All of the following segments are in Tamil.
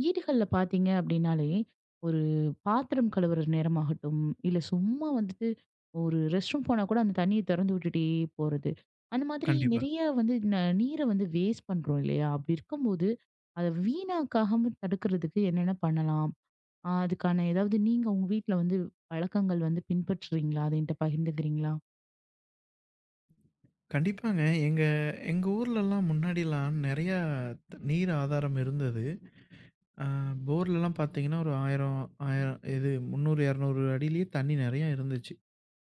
வீடுகள்ல பார்த்தீங்க அப்படின்னாலே, ஒரு பாத்திரம் கழுவுற நேரமாகட்டும், இல்ல சும்மா வந்துட்டு ஒரு ரெஸ்ட் ரூம் போனா கூட அந்த தண்ணிய திறந்து விட்டுட்டே போறது. அந்த மாதிரி கண்டிப்பா. நிறைய வந்து நீர வந்து வேஸ்ட் பண்றோம் இல்லையா? அப்படி இருக்கும்போது, அத வீணாக்காகாம தடுக்கிறதுக்கு என்னென்ன பண்ணலாம்? அதுக்கான ஏதாவது நீங்க உங்க வீட்ல வந்து பழக்கங்கள் வந்து பின்பற்றுறீங்களா? அத என்ட்ட பகிர்ந்துக்கிறீங்களா? கண்டிப்பாங்க. எங்க எங்க ஊர்லலாம் முன்னாடிலாம் நெறையா நீர் ஆதாரம் இருந்தது. அ போர்லலாம் பார்த்தீங்கன்னா, ஒரு 1000, 1000 இது 300, 200 அடியிலேயே தண்ணி நெறையா இருந்துச்சு.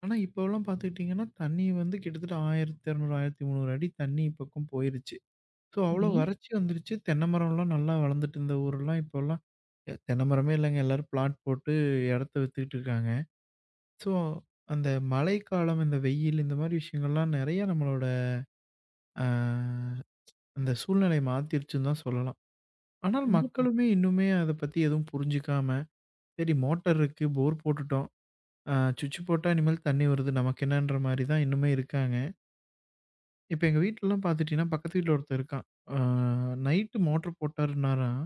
ஆனா, இப்போலாம் பார்த்துக்கிட்டிங்கன்னா, தண்ணி வந்து கிட்டத்தட்ட 1200, 1300 அடி தண்ணி இப்போக்கும் போயிருச்சு. ஸோ, அவ்வளோ சரி, வறட்சி வந்துருச்சு. தென்னை மரம்லாம் நல்லா வளர்ந்துட்டு இருந்த ஊரெல்லாம் இப்போலாம் தென்னை மரமே இல்லங்க. எல்லாரும் பிளாட் போட்டு இடத்த வித்துக்கிட்டு இருக்காங்க. ஸோ, அந்த மழைக்காலம், இந்த வெயில் இந்த மாரி விஷயங்கள்லாம் நெறையா நம்மளோட அ அந்த சூழ்நிலை மாத்திருச்சுன்னு தான் சொல்லலாம். ஆனால் கண்டிப்பா. மக்களுமே இன்னுமே அத பத்தி எதுவும் புரிஞ்சுக்காம, சரி மோட்டார் இருக்கு, போர் போட்டுட்டோம். அ சுவிட்ச் போட்டா இனிமேல் தண்ணி வருது. நமக்கு என்னன்ற மாரி தான் இன்னுமே இருக்காங்க. இப்ப எங்க வீட்லலாம் பார்த்துட்டீங்கன்னா, பக்கத்து வீட்ல ஒருத்தன் இருக்கான். அ நைட்டு மோட்டர் போட்டாருன்னாராம்,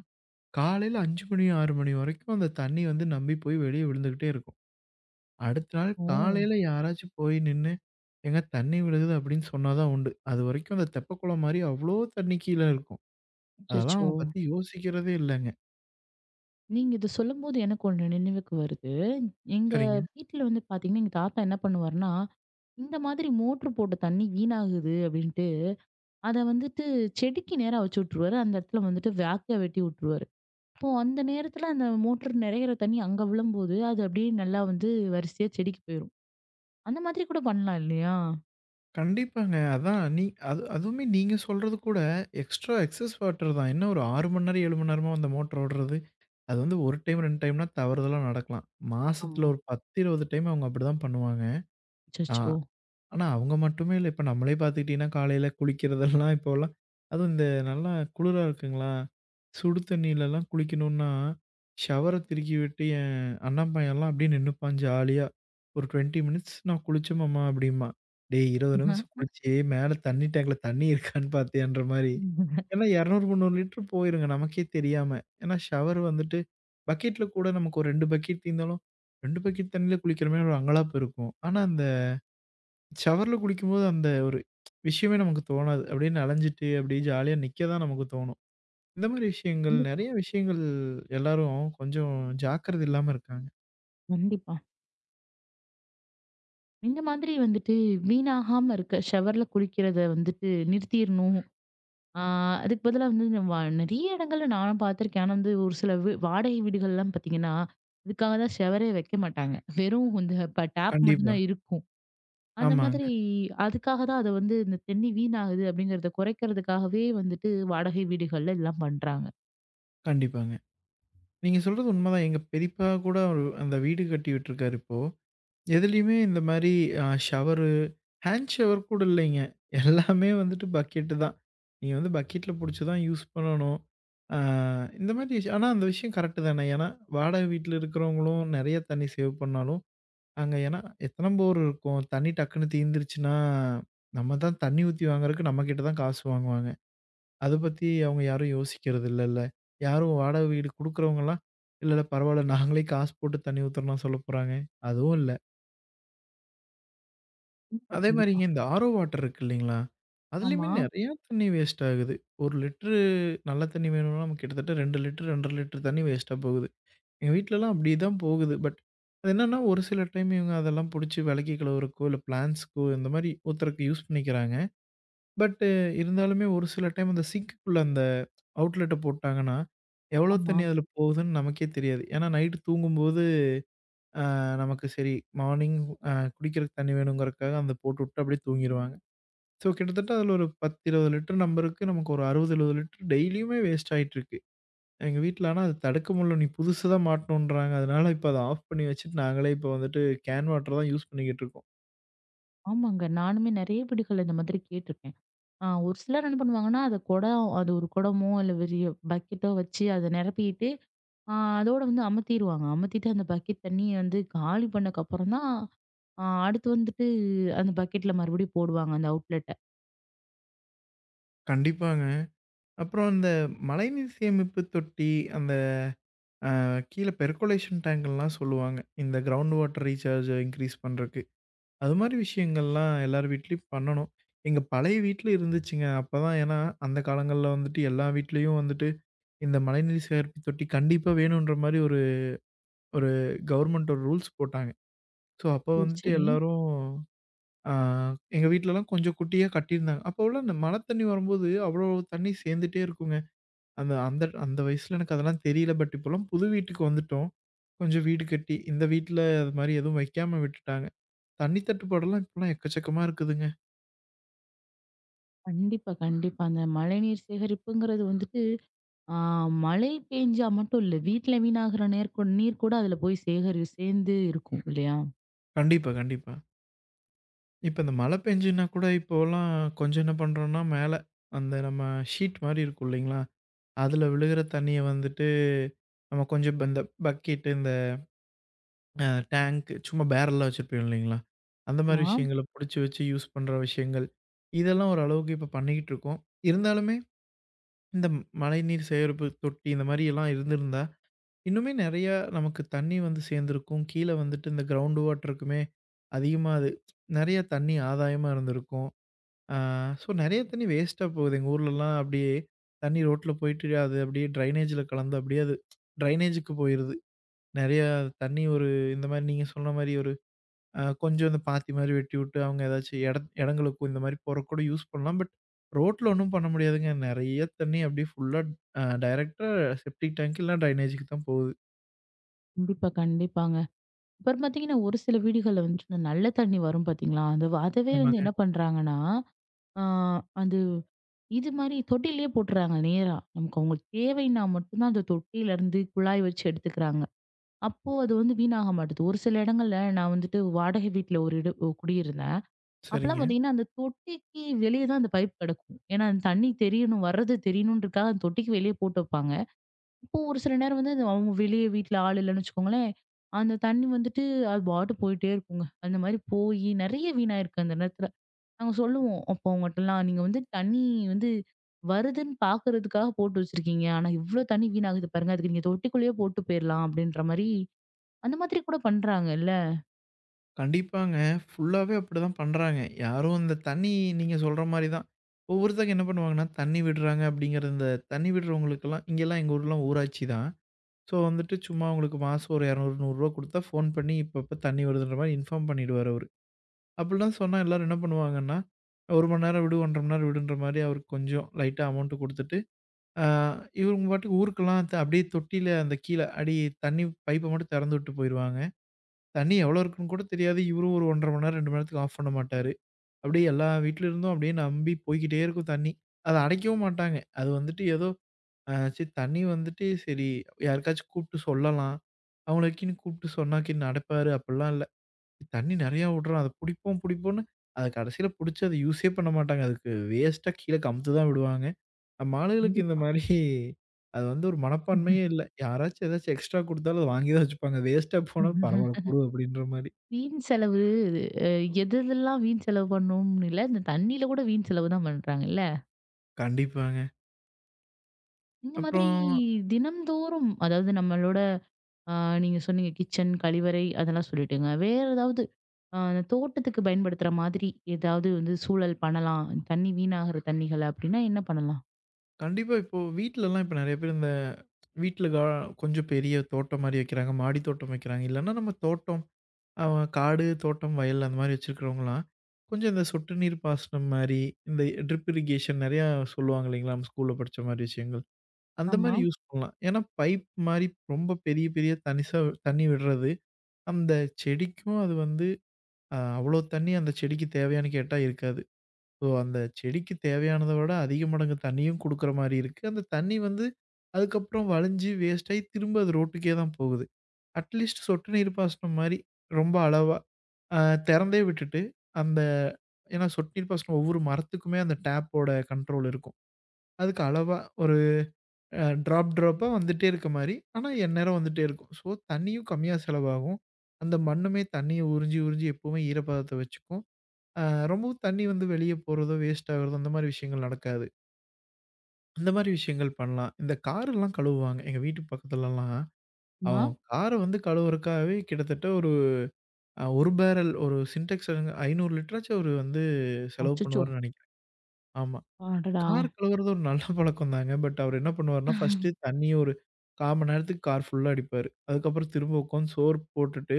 காலையில 5 மணி, 6 மணி வரைக்கும் அந்த தண்ணி வந்து நம்பி போய் வெளிய விழுந்துகிட்டே இருக்கும். அடுத்த நாள் ஓ! காலையில யாராச்சும் போய் நின்னு, "ஏங்க தண்ணி விழுகுது" அப்படின்னு சொன்னா தான் உண்டு. அதுவரைக்கும் அந்த தெப்பக்குளம் மாரி அவ்ளோ தண்ணி கீழ இருக்கும். அதெல்லாம் அச்சச்சோ! அவங்க பத்தி யோசிக்கிறதே இல்லங்க. நீங்க இத சொல்லும்போது எனக்கு ஒண்ணு நினைவுக்கு வருது. எங்க சரிங்க. வீட்ல வந்து பாத்தீங்கன்னா, எங்க தாத்தா என்ன பண்ணுவாருன்னா, இந்த மாதிரி மோட்ரு போட்ட தண்ணி வீணாகுது அப்படின்ட்டு, அத வந்துட்டு செடிக்கு நேரா வச்சு விட்டுருவாரு. அந்த இடத்துல வந்துட்டு வேக்க வெட்டி விட்டுருவாரு. அப்போ அந்த நேரத்துல அந்த மோட்ரு நிறையிற தண்ணி அங்க விழும்போது, அது அப்படியே நல்லா வந்து வரிசையா செடிக்கு போயிரும். அந்த மாதிரி கூட பண்ணலாம் இல்லையா? கண்டிப்பாங்க. அதான் நீ அது அதுவுமே நீங்க சொல்றது கூட எக்ஸ்ட்ரா எக்ஸஸ் வாட்டர் தான். என்ன ஒரு 6 மணி நேரம், 7 மணி நேரமா அந்த மோட்டர் ஓடுறது? அது வந்து 1 டைம், 2 டைம்னா தவறுதலா நடக்கலாம். மாசத்துல ஆமா. ஒரு 10, 20 டைம் அவங்க அப்படிதான் பண்ணுவாங்க. ஆ. அச்சச்சோ! ஆனா, அவங்க மட்டுமே இல்ல. இப்ப நம்மளே பார்த்துக்கிட்டீங்கன்னா, காலையில குளிக்கிறதெல்லாம் இப்போலாம் அதுவும் இந்த நல்லா குளிரா இருக்குங்களா, சுடு தண்ணிலலாம் குளிக்கணுன்னா, ஷவர திருக்கி விட்டு என் அண்ணன் பையன்லாம் அப்படியே நின்னுப்பான் ஜாலியா. ஒரு 20 மினிட்ஸ் நான் குளிச்சேன் மாமா அப்படிம்பான். டேய் 20 நிமிஷம் குளிச்சு மேல தண்ணி டேங்க்ல தண்ணி இருக்கான்னு பார்த்தியான்ற மாரி. ஏன்னா 200, 300 லிட்டர் போயிருங்க நமக்கே தெரியாம. ஏன்னா ஷவர் வந்துட்டு பக்கெட்ல கூட நமக்கு ஒரு 2 பக்கெட் தீர்ந்தாலும் 2 பக்கெட் தண்ணியில குளிக்கிற மாரி ஒரு அங்கலாப்பு இருக்கும். ஆனா, அந்த ஷவர்ல குளிக்கும்போது அந்த ஒரு விஷயமே நமக்கு தோணாது. அப்படியே நனஞ்சுட்டு, அப்படியே ஜாலியா நிக்க தான் நமக்கு தோணும். இந்த மாரி விஷயங்கள் நெறைய விஷயங்கள் எல்லாரும் கொஞ்சம் ஜாக்கிரதை இல்லாம இருக்காங்க. கண்டிப்பா. இந்த மாதிரி வந்துட்டு வீணாகாம இருக்க ஷவர்ல குளிக்கிறத வந்துட்டு நிறுத்திரணும். ஆ அதுக்கு பதிலா வந்து இந்த வ நெறைய இடங்கள்ல நானும் பார்த்துருக்கேன். ஆனா வந்து ஒரு சில வாடகை வீடுகள்லாம் பார்த்தீங்கன்னா, இதுக்காக தான் செவரே வைக்க மாட்டாங்க. வெறும் இந்த இப்ப டேப் மட்டும் கண்டிப்பா. தான் இருக்கும். அந்த மாதிரி ஆமாங்க. அதுக்காக தான் அத வந்து இந்த தண்ணி வீணாகுது அப்படிங்கிறத குறைக்கிறதுக்காகவே வந்துட்டு வாடகை வீடுகள்ல எல்லாம் பண்றாங்க. கண்டிப்பாங்க. நீங்க சொல்றது உண்மதான். எங்க பெரியப்பா கூட ஒரு அந்த வீடு கட்டி விட்டுருக்காரு இப்போ. எதுலயுமே இந்த மாரி ஷவரு, ஹேண்ட் ஷவர் கூட இல்லைங்க. எல்லாமே வந்துட்டு பக்கெட்டு தான். நீங்க வந்து பக்கெட்ல புடிச்சு தான் யூஸ் பண்ணணும். அ இந்த மாரி விஷயம் ஆனா அந்த விஷயம் கரெக்ட் தானே. ஏன்னா, வாடகை வீட்ல இருக்கிறவங்களும் நெறைய தண்ணி சேவ் பண்ணாலும், அங்க ஏன்னா எத்தன போர் இருக்கும். தண்ணி டக்குன்னு தீர்ந்துருச்சுன்னா, நம்ம தான் தண்ணி ஊத்தி வாங்குறதுக்கு நம்ம கிட்ட தான் காசு வாங்குவாங்க. அத பத்தி அவங்க யாரும் யோசிக்கிறது இல்லல்ல. யாரும் வாடகை வீடு குடுக்குறவங்கலாம், இல்ல இல்ல பரவால்ல நாங்களே காசு போட்டு தண்ணி ஊத்துறோம்லாம் சொல்லப் போறாங்க. அதுவும் இல்ல. கண்டிப்பா, அதே கண்டிப்பா. மாரிங்க இந்த ஆரோ வாட்டர் இருக்கு இல்லைங்களா? அதுலயுமே ஆமா, நெறையா தண்ணீ வேஸ்ட் ஆகுது. 1 லிட்டரு நல்ல தண்ணீ வேணும்னா நமக்கு கிட்டத்தட்ட 2 லிட்டர், 2 1/2 லிட்டர் தண்ணீ வேஸ்ட்டா போகுது. எங்க வீட்லலாம் அப்படி தான் போகுது. பட் அது என்னன்னா, ஒரு சில டைம் இவங்க அதெல்லாம் புடிச்சு விளக்கி கழுவுறக்கோ, இல்ல பிளான்ட்ஸ்‌க்கோ இந்த மாரி ஊத்துறக்கு யூஸ் பண்ணிக்கிறாங்க. பட்டு இருந்தாலுமே ஒரு சில டைம் அந்த சிங்க்குக்குள்ள அந்த அவுட்லெட்ட போட்டாங்கன்னா, எவ்வளோ ஆமா. தண்ணீ அதுல போகுதுன்னு நமக்கே தெரியாது. ஏன்னா நைட்டு தூங்கும்போது, அ நமக்கு சரி மார்னிங் குடிக்கிறக்கு தண்ணீ வேணுங்கிறதுக்காக அந்த போட்டுவிட்டு அப்படியே தூங்கிருவாங்க. ஸோ கிட்டத்தட்ட அதில ஒரு 10, 20 லிட்டர் நம்பருக்கு நமக்கு ஒரு 60, 70 லிட்டர் டெய்லியுமே வேஸ்ட் ஆயிட்டுருக்கு. எங்க வீட்ல ஆனா அது தடுக்க முடியல. நீ புதுசு தான் மாட்டணுன்றாங்க. அதனால இப்ப அத ஆஃப் பண்ணி வச்சுட்டு நாங்களே இப்ப வந்துட்டு கேன் வாட்டர் தான் யூஸ் பண்ணிக்கிட்டு இருக்கோம். ஆமாங்க. நானுமே நெறைய வீடுகள்ல இந்த மாதிரி கேட்டுருக்கேன். ஒரு சிலர் என்ன பண்ணுவாங்கன்னா, அத குடம் அது ஒரு குடமோ இல்ல பெரிய பக்கெட்டோ வச்சு அத நிரப்பிட்டு அதோட வந்து அமத்திருவாங்க. அமத்திட்டு அந்த பக்கெட் தண்ணிய வந்து காலி பண்ணக்கப்புறம் தான், அடுத்து வந்துட்டு அந்த பக்கெட்ல மறுபடியும் போடுவாங்க அந்த அவுட்லெட்ட. கண்டிப்பாங்க. அப்புறம் இந்த மழைநீர் சேமிப்பு தொட்டி, அந்த கீழ பெர்குலேஷன் டேங்க்லாம் சொல்லுவாங்க. இந்த கிரவுண்ட் வாட்டர் ரீசார்ஜ் இன்கிரீஸ் பண்றக்கு. அது மாரி விஷயங்கள்லாம் எல்லார் வீட்லயும் பண்ணணும். எங்க பழைய வீட்ல இருந்துச்சுங்க. அப்பதான் ஏன்னா அந்த காலங்கள்ல வந்துட்டு எல்லா வீட்லயும் வந்துட்டு இந்த மழைநீர் சேகரிப்பு தொட்டி கண்டிப்பா வேணுன்ற மாரி ஒரு ஒரு கவர்மெண்ட் ஒரு ரூல்ஸ் போட்டாங்க. ஸோ, அப்ப சரி, வந்துட்டு சரி. எல்லாரும் ஆ எங்க வீட்லலாம் கொஞ்சம் குட்டியா கட்டியிருந்தாங்க. அப்போலாம் இந்த மழை தண்ணி வரும்போது அவ்ளோ தண்ணி சேர்ந்துட்டே இருக்குங்க. அந்த அந்த அந்த வயசுல எனக்கு அதெல்லாம் தெரியல. பட் இப்போலாம் புது வீட்டுக்கு வந்துட்டோம். கொஞ்சம் வீடு கட்டி, இந்த வீட்ல அது மாரி எதுவும் வைக்காம விட்டுட்டாங்க. தண்ணி தட்டுப்பாடெல்லாம் இப்போலாம் எக்கச்சக்கமா இருக்குதுங்க. கண்டிப்பா, கண்டிப்பா. அந்த மழைநீர் சேகரிப்புங்கிறது வந்துட்டு, ஆ மழை பேஞ்சா மட்டும் இல்ல, வீட்ல வீணாகிற நேர் கூ நீர் கூட அதுல போய் சேர்ந்து இருக்கும் இல்லையா? கண்டிப்பா, கண்டிப்பா. இப்ப இந்த மழை பெஞ்சுன்னா கூட இப்போலாம் கொஞ்சம் என்ன பண்றோம்னா, மேல அந்த நம்ம ஷீட் மாரி இருக்கும் இல்லைங்களா? அதுல விழுகிற தண்ணிய வந்துட்டு, நம்ம கொஞ்சம் இந்த பக்கெட், இந்த அ டேங்க் சும்மா பேரல்லாம் வச்சிருப்போம் இல்லைங்களா? அந்த மாரி ஆமா. விஷயங்கள புடிச்சு வச்சு யூஸ் பண்ற விஷயங்கள். இதெல்லாம் ஓரளவுக்கு இப்ப பண்ணிக்கிட்டு இருக்கோம். இருந்தாலுமே இந்த மழைநீர் சேகரிப்பு தொட்டி இந்த மாரி எல்லாம் இருந்திருந்தா, இன்னுமே நெறையா நமக்கு தண்ணி வந்து சேர்ந்திருக்கும். கீழ வந்துட்டு இந்த கிரவுண்ட் வாட்டருக்குமே அதிகமா அது நெறைய தண்ணி ஆதாயமா இருந்திருக்கும். ஆ, ஸோ நெறைய தண்ணீ வேஸ்ட்டா போகுது. எங்க ஊர்லலாம் அப்படியே தண்ணீ ரோட்ல போயிட்டு அது அப்படியே ட்ரைனேஜ்ல கலந்து அப்படியே அது ட்ரைனேஜுக்கு போயிருது. நெறையா தண்ணீ ஒரு இந்த மாரி நீங்க சொன்ன மாரி ஒரு கொஞ்சம் இந்த பாத்தி மாரி வெட்டிவுட்டு அவங்க ஏதாச்சும் இடங்களுக்கும் இந்த மாரி போறக்கு கூட யூஸ் பண்ணலாம். பட் ரோட்ல ஒண்ணும் பண்ண முடியாதுங்க. நெறைய தண்ணீ அப்படியே ஃபுல்லா டைரக்ட்டா செப்டிக் டேங்க் இல்ல ட்ரைனேஜ்க்கு தான் போகுது. கண்டிப்பா, கண்டிப்பாங்க. அப்புறம் பார்த்தீங்கன்னா, ஒரு சில வீடுகள்ல வந்துட்டு இந்த நல்ல தண்ணி வரும் பார்த்தீங்களா? அந்த அதவே வந்து ஆமாங்க. என்ன பண்றாங்கன்னா, ஆ அது இது மாரி தொட்டியிலேயே போட்டுறாங்க நேரா. நமக்கு அவங்களுக்கு தேவைன்னா மட்டும் தான் அந்த தொட்டியிலருந்து குழாய் வச்சு எடுத்துக்கிறாங்க. அப்போ அது வந்து வீணாக மாட்டுது. ஒரு சில இடங்கள்ல நான் வந்துட்டு வாடகை வீட்ல ஒரு குடியிருந்தேன். அப்பலாம் சரிங்க. பார்த்தீங்கன்னா, அந்த தொட்டிக்கு வெளிய தான் அந்த பைப் கிடக்கும். ஏன்னா, அந்த தண்ணி தெரியணும், வர்றது தெரியணுன்றதுக்காக அந்த தொட்டிக்கு வெளியே போட்டு வைப்பாங்க. இப்போ ஒரு சில நேரம் வந்து அது அவங்க வெளியே வீட்ல ஆள் இல்லன்னு வச்சுக்கோங்களேன், அந்த தண்ணி வந்துட்டு அது பாட்டு போயிட்டே இருக்குங்க. அந்த மாரி போயி நெறைய வீணாயிருக்கு அந்த நேரத்துல. நாங்க சொல்லுவோம். அப்போ அவங்கட்டலாம் நீங்க வந்து தண்ணி வந்து வருதுன்னு பார்க்கறதுக்காக போட்டு வச்சிருக்கீங்க. ஆனா இவ்ளோ தண்ணி வீணாகுது பாருங்க. அதுக்கு நீங்க தொட்டிக்குள்ளேயே போட்டு போயிரலாம் அப்படின்ற மாரி, அந்த மாதிரி கூட பண்றாங்கல்ல. கண்டிப்பாங்க. ஃபுல்லாவே அப்படிதான் பண்றாங்க. யாரும் இந்த தண்ணி நீங்க சொல்ற மாரி தான். ஒவ்வொருத்தங்க என்ன பண்ணுவாங்கன்னா, தண்ணி விடுறாங்க அப்படிங்கிற இந்த தண்ணி விடுறவங்களுக்கெல்லாம் இங்கேல்லாம் எங்க ஊர்லாம் ஊராட்சி தான். ஸோ வந்துட்டு சும்மா உங்களுக்கு மாசம் ஒரு ரூ. 200, ரூ. 100 குடுத்தா ஃபோன் பண்ணி இப்பப்ப தண்ணி வருதுன்ற மாரி இன்ஃபார்ம் பண்ணிடுவாரு அவரு. அப்படிலாம் சொன்னா எல்லாரும் என்ன பண்ணுவாங்கன்னா, 1 மணி நேரம் விடு, 1 1/2 மணி நேரம் விடுன்ற மாரி அவருக்கு கொஞ்சம் லைட்டா அமௌண்ட் குடுத்துட்டு, ஆ இவங்க பாட்டுக்கு ஊருக்கெல்லாம் அப்படியே தொட்டியில அந்த கீழ அடி தண்ணி பைப்ப மட்டும் திறந்து விட்டு போயிருவாங்க. தண்ணி எவ்வளோ இருக்குன்னு கூட தெரியாது. இவரும் ஒரு 1 1/2 மணி நேரம், 2 மணி நேரத்துக்கு ஆஃப் பண்ண மாட்டாரு. அப்படியே எல்லா வீட்ல இருந்தும் அப்படியே நம்பி போய்க்கிட்டே இருக்கும் தண்ணி. அத அடைக்கவும் மாட்டாங்க. அது வந்துட்டு ஏதோ சரி தண்ணி வந்துட்டு சரி யாருக்காச்சும் கூப்பிட்டு சொல்லலாம். அவங்களுக்குன்னு கூப்பிட்டு சொன்னாக்கின்னு அடைப்பாரு அப்படிலாம் இல்ல. தண்ணி நெறையா விடுறான். அத புடிப்போம் புடிப்போம்ன்னு அத கடைசியில புடிச்சு அத யூஸே பண்ண மாட்டாங்க. அதுக்கு வேஸ்ட்டா கீழ கமுத்து தான் விடுவாங்க. நம்ம ஆளுகளுக்கு இந்த கண்டிப்பா. மாரி அது வந்து ஒரு மனப்பான்மையே இல்ல. யாராச்சும் ஏதாச்சும் எக்ஸ்ட்ரா குடுத்தாலும் அத வாங்கி தான் வச்சுப்பாங்க. வேஸ்ட்டா போனா பரவால்ல குடு அப்படின்ற மாரி. வீண் செலவு. அ எது எதெல்லாம் வீண் செலவு பண்ணணும்னு இல்ல. இந்த தண்ணீல கூட வீண் செலவு தான் பண்றாங்கல்ல. கண்டிப்பாங்க. இந்த மாதிரி அப்புறம் தினம்தோறும் அதாவது நம்மளோட, ஆ, நீங்க சொன்னீங்க கிச்சன், கழிவறை அதெல்லாம் சொல்லிட்டீங்க. வேற ஏதாவது அ தோட்டத்துக்கு பயன்படுத்துற மாதிரி ஏதாவது வந்து சூழல் பண்ணலாம். தண்ணி வீணாகுற தண்ணிகள அப்படின்னா என்ன பண்ணலாம்? கண்டிப்பா இப்போ வீட்லலாம் இப்ப நெறைய பேர் இந்த வீட்ல கொஞ்சம் பெரிய தோட்டம் மாரி வைக்கிறாங்க. மாடி தோட்டம் வைக்கிறாங்க. இல்லன்னா நம்ம தோட்டம் அ காடு, தோட்டம், வயல் அந்த மாரி வச்சிருக்கிறவங்கலாம், கொஞ்சம் இந்த சொட்டு நீர் பாசனம் மாரி, இந்த ட்ரிப் இரிகேஷன் நெறையா சொல்லுவாங்க இல்லைங்களா? நம்ம ஸ்கூல்ல படிச்ச மாரி விஷயங்கள். அந்த ஆமா, மாரி யூஸ் பண்ணலாம். ஏன்னா பைப் மாரி ரொம்ப பெரிய பெரிய தனிசா தண்ணி விடுறது, அந்த செடிக்கும் அது வந்து அவ்ளோ தண்ணி அந்த செடிக்கு தேவையான்னு கேட்டா இருக்காது. ஸோ, அந்த செடிக்கு தேவையானத விட அதிக மடங்கு தண்ணியும் குடுக்குற மாரி இருக்கு. அந்த தண்ணி வந்து அதுக்கப்புறம் வழிஞ்சு வேஸ்ட் ஆயி திரும்ப அது ரோட்டுக்கே தான் போகுது. அட்லீஸ்ட் சொட்டு நீர் பாசனம் மாரி ரொம்ப அளவா அ திறந்தே விட்டுட்டு அந்த ஏன்னா சொட்டு நீர் பாசனம் ஒவ்வொரு மரத்துக்குமே அந்த டேப்போட கண்ட்ரோல் இருக்கும். அதுக்கு அளவா ஒரு ட்ராப் ட்ராப்பா வந்துட்டே இருக்க மாரி, ஆனா எந்நேரம் வந்துட்டே இருக்கும். ஸோ, தண்ணியும் கம்மியா செலவாகும். அந்த மண்ணுமே தண்ணிய உறிஞ்சி உறிஞ்சி எப்பவுமே ஈரப்பதத்த வச்சுக்கும். அ ரொம்பவும் தண்ணி வந்து வெளியே போறதோ, வேஸ்ட் ஆகுறதோ அந்த மாரி விஷயங்கள் நடக்காது. அந்த மாரி விஷயங்கள் பண்ணலாம். இந்த காரெல்லாம் கழுவுவாங்க. எங்க வீட்டு பக்கத்துலலாம் ஆமா. அவன் கார வந்து கழுவுறக்காகவே கிட்டத்தட்ட ஒரு 1 பேரல் ஒரு சின்டெக்ஸ் 500 லிட்டராச்சும் அவரு வந்து செலவு அச்சச்சோ! பண்ணுவாருன்னு நெனைக்கிறேன். ஆமா. அடடா! கார் கழுவுறது ஒரு நல்ல பழக்கம் தாங்க. பட் அவர் என்ன பண்ணுவாருன்னா, ஃபர்ஸ்ட்டு தண்ணிய ஒரு 1/4 மணி நேரத்துக்கு கார் ஃபுல்லா அடிப்பாரு. அதுக்கப்புறம் திரும்ப உட்காந்து சோறு போட்டுட்டு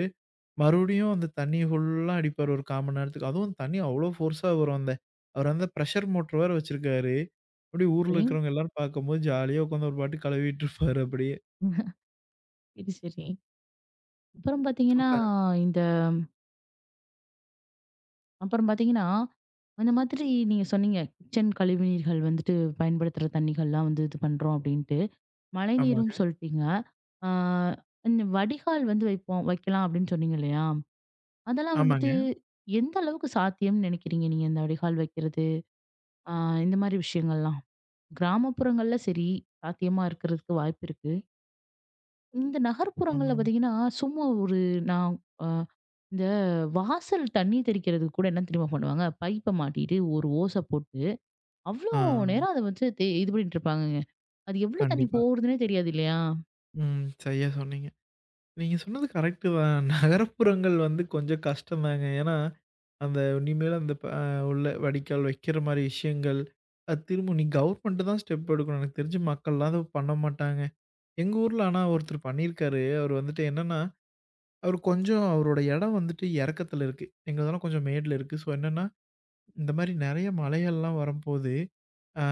மறுபடியும் அந்த தண்ணி ஃபுல்லா அடிப்பாரு ஒரு 1/4 மணி நேரத்துக்கு. அதுவும் தண்ணி அவ்ளோ ஃபோர்ஸா வரும் அந்த அவர் அந்த பிரஷர் மோட்டர் வேற வச்சிருக்காரு. அப்படியே ஊர்ல சரி. இருக்கிறவங்க எல்லாரும் பார்க்கும்போது ஜாலியா உட்காந்து ஒரு பாட்டுக்கு கழுவிட்டு இருப்பாரு அப்படியே. சரி, சரி. அப்புறம் பார்த்தீங்கன்னா, சூப்பர். இந்த அப்புறம் பார்த்தீங்கன்னா, அந்த மாதிரி நீங்க சொன்னீங்க. கிச்சன் கழிவுநீர்கள் வந்துட்டு பயன்படுத்துற தண்ணிகள்லாம் வந்து இது பண்றோம் அப்படின்ட்டு. ஆமாங்க, மழைநீரும் சொல்ட்டீங்க. ஆ இந்த வடிகால் வந்து வைப்போம் வைக்கலாம் அப்படின்னு சொன்னீங்க இல்லையா? அதெல்லாம் வந்துட்டு ஆமாங்க. எந்த அளவுக்கு சாத்தியம்னு நினைக்கிறீங்க நீங்க இந்த வடிகால் வைக்கிறது? ஆ இந்த மாரி விஷயங்கள்லாம். கிராமப்புறங்கள்ல சரி, சாத்தியமா இருக்கிறதுக்கு வாய்ப்பு இருக்கு. இந்த ம். நகர்ப்புறங்கள்ல ம். பார்த்தீங்கன்னா, சும்மா ஒரு நான் அ இந்த வாசல் தண்ணி தெறிக்கிறதுக்கு கூட என்ன தெரியுமா பண்ணுவாங்க? பைப்ப மாட்டிட்டு ஒரு ஓச போட்டு, அவ்ளோ ஆ, நேரம் அத வச்சு இது பண்ணிட்டு இருப்பாங்கங்க. அது எவ்ளோ தண்ணி கண்டிப்பா. போகுதுன்னே தெரியாது இல்லையா? ம். சரியா சொன்னீங்க. நீங்க சொன்னது கரெக்ட்டு தான். நகரப்புறங்கள் வந்து கொஞ்சம் கஷ்டம் தாங்க. ஏன்னா, அந்த இனிமேல் அந்த ப உள்ள வடிகால் வைக்கிற மாரி விஷயங்கள், அது திரும்ப கவர்மெண்ட் தான் ஸ்டெப் எடுக்கணும். எனக்கு தெரிஞ்சு மக்கள்லாம் அத பண்ண மாட்டாங்க. எங்க ஊர்ல ஆனா ஒருத்தர் பண்ணியிருக்காரு. அவரு வந்துட்டு என்னன்னா, அவரு கொஞ்சம் அவரோட இடம் வந்துட்டு இறக்கத்துல இருக்கு. எங்களுதெல்லாம் கொஞ்சம் மேட்ல இருக்கு. ஸோ என்னன்னா, இந்த மாரி நெறைய மலைகள்லாம் வரம்போது, ஆ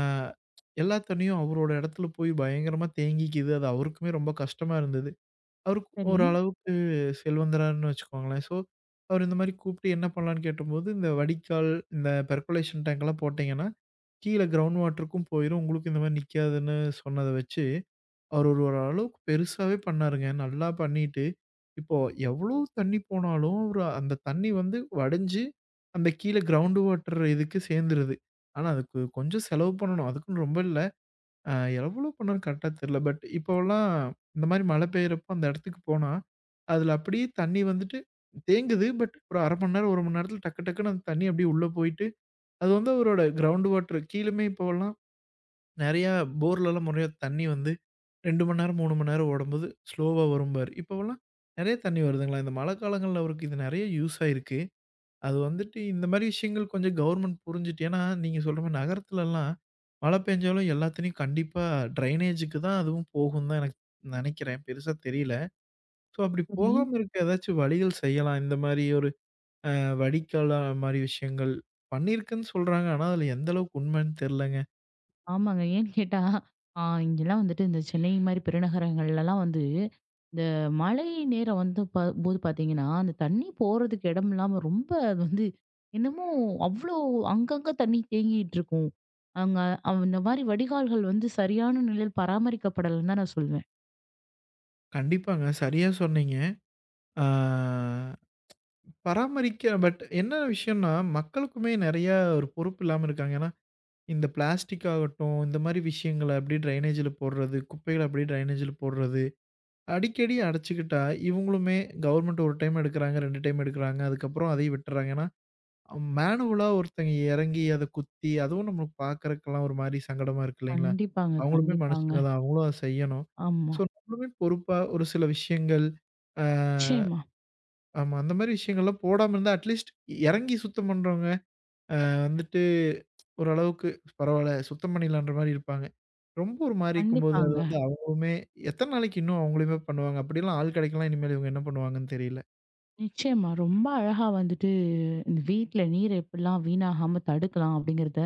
எல்லா தண்ணியும் அவரோட இடத்துல போய் பயங்கரமா தேங்கிக்கிது. அது அவருக்குமே ரொம்ப கஷ்டமா இருந்தது. அவரு சரி, ஓரளவுக்கு செல்வந்தரான்னு வச்சுக்கோங்களேன். ஸோ, அவரு இந்த மாரி கூப்ட்டு என்ன பண்ணலான்னு கேட்டபோது, இந்த வடிகால், இந்த பெர்குலேஷன் டேங்க்லாம் போட்டீங்கன்னா, கீழ கிரவுண்ட் வாட்டருக்கும் போயிரும். உங்களுக்கு இந்த மாரி நிக்காதுன்னு சொன்னத வச்சு அவரு ஒரு ஒரு அளவுக்கு பெருசாவே பண்ணாருங்க. நல்லா பண்ணிட்டு, இப்போ எவ்ளோ தண்ணி போனாலும் ஒரு அந்த தண்ணி வந்து வடிஞ்சு, அந்த கீழ கிரவுண்ட் வாட்டர் இதுக்கு சேர்ந்துருது. ஆனா, அதுக்கு கொஞ்சம் செலவு பண்ணணும். அதுக்குன்னு ரொம்ப இல்ல. அ எவ்வளோ பண்ணாரு கரெக்ட்டா தெரியல. பட் இப்போலாம் இந்த மாரி மழை பெய்யறப்போ அந்த இடத்துக்கு போனா, அதுல அப்படியே தண்ணி வந்துட்டு தேங்குது. பட் ஒரு 1/2 மணி நேரம், 1 மணி நேரத்துல டக்கு டக்குன்னு அந்த தண்ணி அப்படியே உள்ள போயிட்டு, அது வந்து அவரோட கிரவுண்ட் வாட்டர் கீழுமே இப்போலாம் நெறையா போர்லலாம் முறையா தண்ணி வந்து 2 மணி நேரம், 3 மணி நேரம் ஓடும்போது ஸ்லோவா வரும்பாரு. இப்போவெல்லாம் நெறைய தண்ணி வருதுங்களா. இந்த மழை காலங்கள்ல அவருக்கு இது நெறைய யூஸ் ஆயிருக்கு. அது வந்துட்டு இந்த மாரி விஷயங்கள் கொஞ்சம் கவர்மெண்ட் புரிஞ்சுட்டு ஏன்னா நீங்க சொல்ற மாரி நகரத்துலலாம் மழை பெஞ்சாலும் எல்லா தண்ணியும் கண்டிப்பா ட்ரைனேஜுக்கு தான் அதுவும் போகும் தான் எனக்கு நெனைக்கிறேன். பெருசா தெரியல. ஸோ அப்படி சரி. போகாம இருக்க ஏதாச்சும் வழிகள் செய்யலாம். இந்த மாரி ஒரு வடிகால் அந்த மாரி விஷயங்கள் பண்ணியிருக்குன்னு சொல்றாங்க. ஆனா, அதில எந்த அளவுக்கு உண்மைன்னு தெரியலங்க. ஆமாங்க. ஏன்னு கேட்டா, ஆ இங்கலாம் வந்துட்டு இந்த சென்னை மாரி பெருநகரங்கள்லலாம் வந்து இந்த மழை நேரம் வந்து போது பாத்தீங்கன்னா, அந்த தண்ணி போறதுக்கு இடம் இல்லாம ரொம்ப அது வந்து என்னமோ அவ்ளோ அங்கங்க தண்ணி தேங்கிட்டு இருக்கும். அங்க அந்த மாரி வடிகால்கள் வந்து சரியான நிலையில் பராமரிக்கப்படலன்னு தான் நான் சொல்வேன். கண்டிப்பாங்க. சரியா சொன்னீங்க. ஆ பராமரிக்க பட் என்ன விஷயம்னா, மக்களுக்குமே நெறையா ஒரு பொறுப்பு இல்லாம இருக்காங்க. ஏன்னா, இந்த பிளாஸ்டிக் ஆகட்டும், இந்த மாரி விஷயங்கள அப்படியே ட்ரைனேஜ்ல போடுறது, குப்பைகள அப்படியே ட்ரைனேஜ்ல போடுறது, அடிக்கடி அடைச்சுக்கிட்டா இவங்களுமே கவர்மெண்ட் ஒரு டைம் எடுக்குறாங்க, 2 டைம் எடுக்குறாங்க. அதுக்கப்புறம் அதையும் விட்டுர்றாங்க. ஏன்னா, மேனுவலா ஒருத்தங்க எறங்கி அத குத்தி, அதுவும் நம்மளுக்கு பார்க்கறக்கெல்லாம் ஒரு மாரி சங்கடமா இருக்கு இல்லைங்களா? கண்டிப்பாங்க, அவங்களுமே கண்டிப்பாங்க. மனுஷங்க தான். அவங்களும் அத செய்யணும். ஆமா. ஸோ, நம்மளுமே பொறுப்பா ஒரு சில விஷயங்கள், ஆ நிச்சயமா. ஆமா. அந்த மாரி விஷயங்கள்லாம் போடாம இருந்தா, அட்லீஸ்ட் எறங்கி சுத்தம் பண்றவங்க வந்துட்டு ஓரளவுக்கு பரவால்ல சுத்தம் பண்ணிடலான்ற மாரி இருப்பாங்க. ரொம்ப ஒரு மாரி இருக்கும்போது, அது கண்டிப்பாங்க. வந்து அவங்களுமே எத்தன நாளைக்கு இன்னும் அவங்களுமே பண்ணுவாங்க? அப்படிலாம் ஆள் கிடைக்கலாம் இனிமேல் இவங்க என்ன பண்ணுவாங்கன்னு தெரியல. நிச்சயமா. ரொம்ப அழகா வந்துட்டு இந்த வீட்ல நீர் எப்படிலாம் வீணாகாம தடுக்கலாம் அப்படிங்கிறத,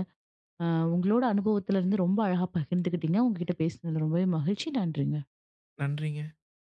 அ உங்களோட அனுபவத்துல இருந்து ரொம்ப அழகா பகிர்ந்துக்கிட்டீங்க. உங்ககிட்ட பேசினது ரொம்பவே மகிழ்ச்சி. நன்றிங்க. நன்றிங்க.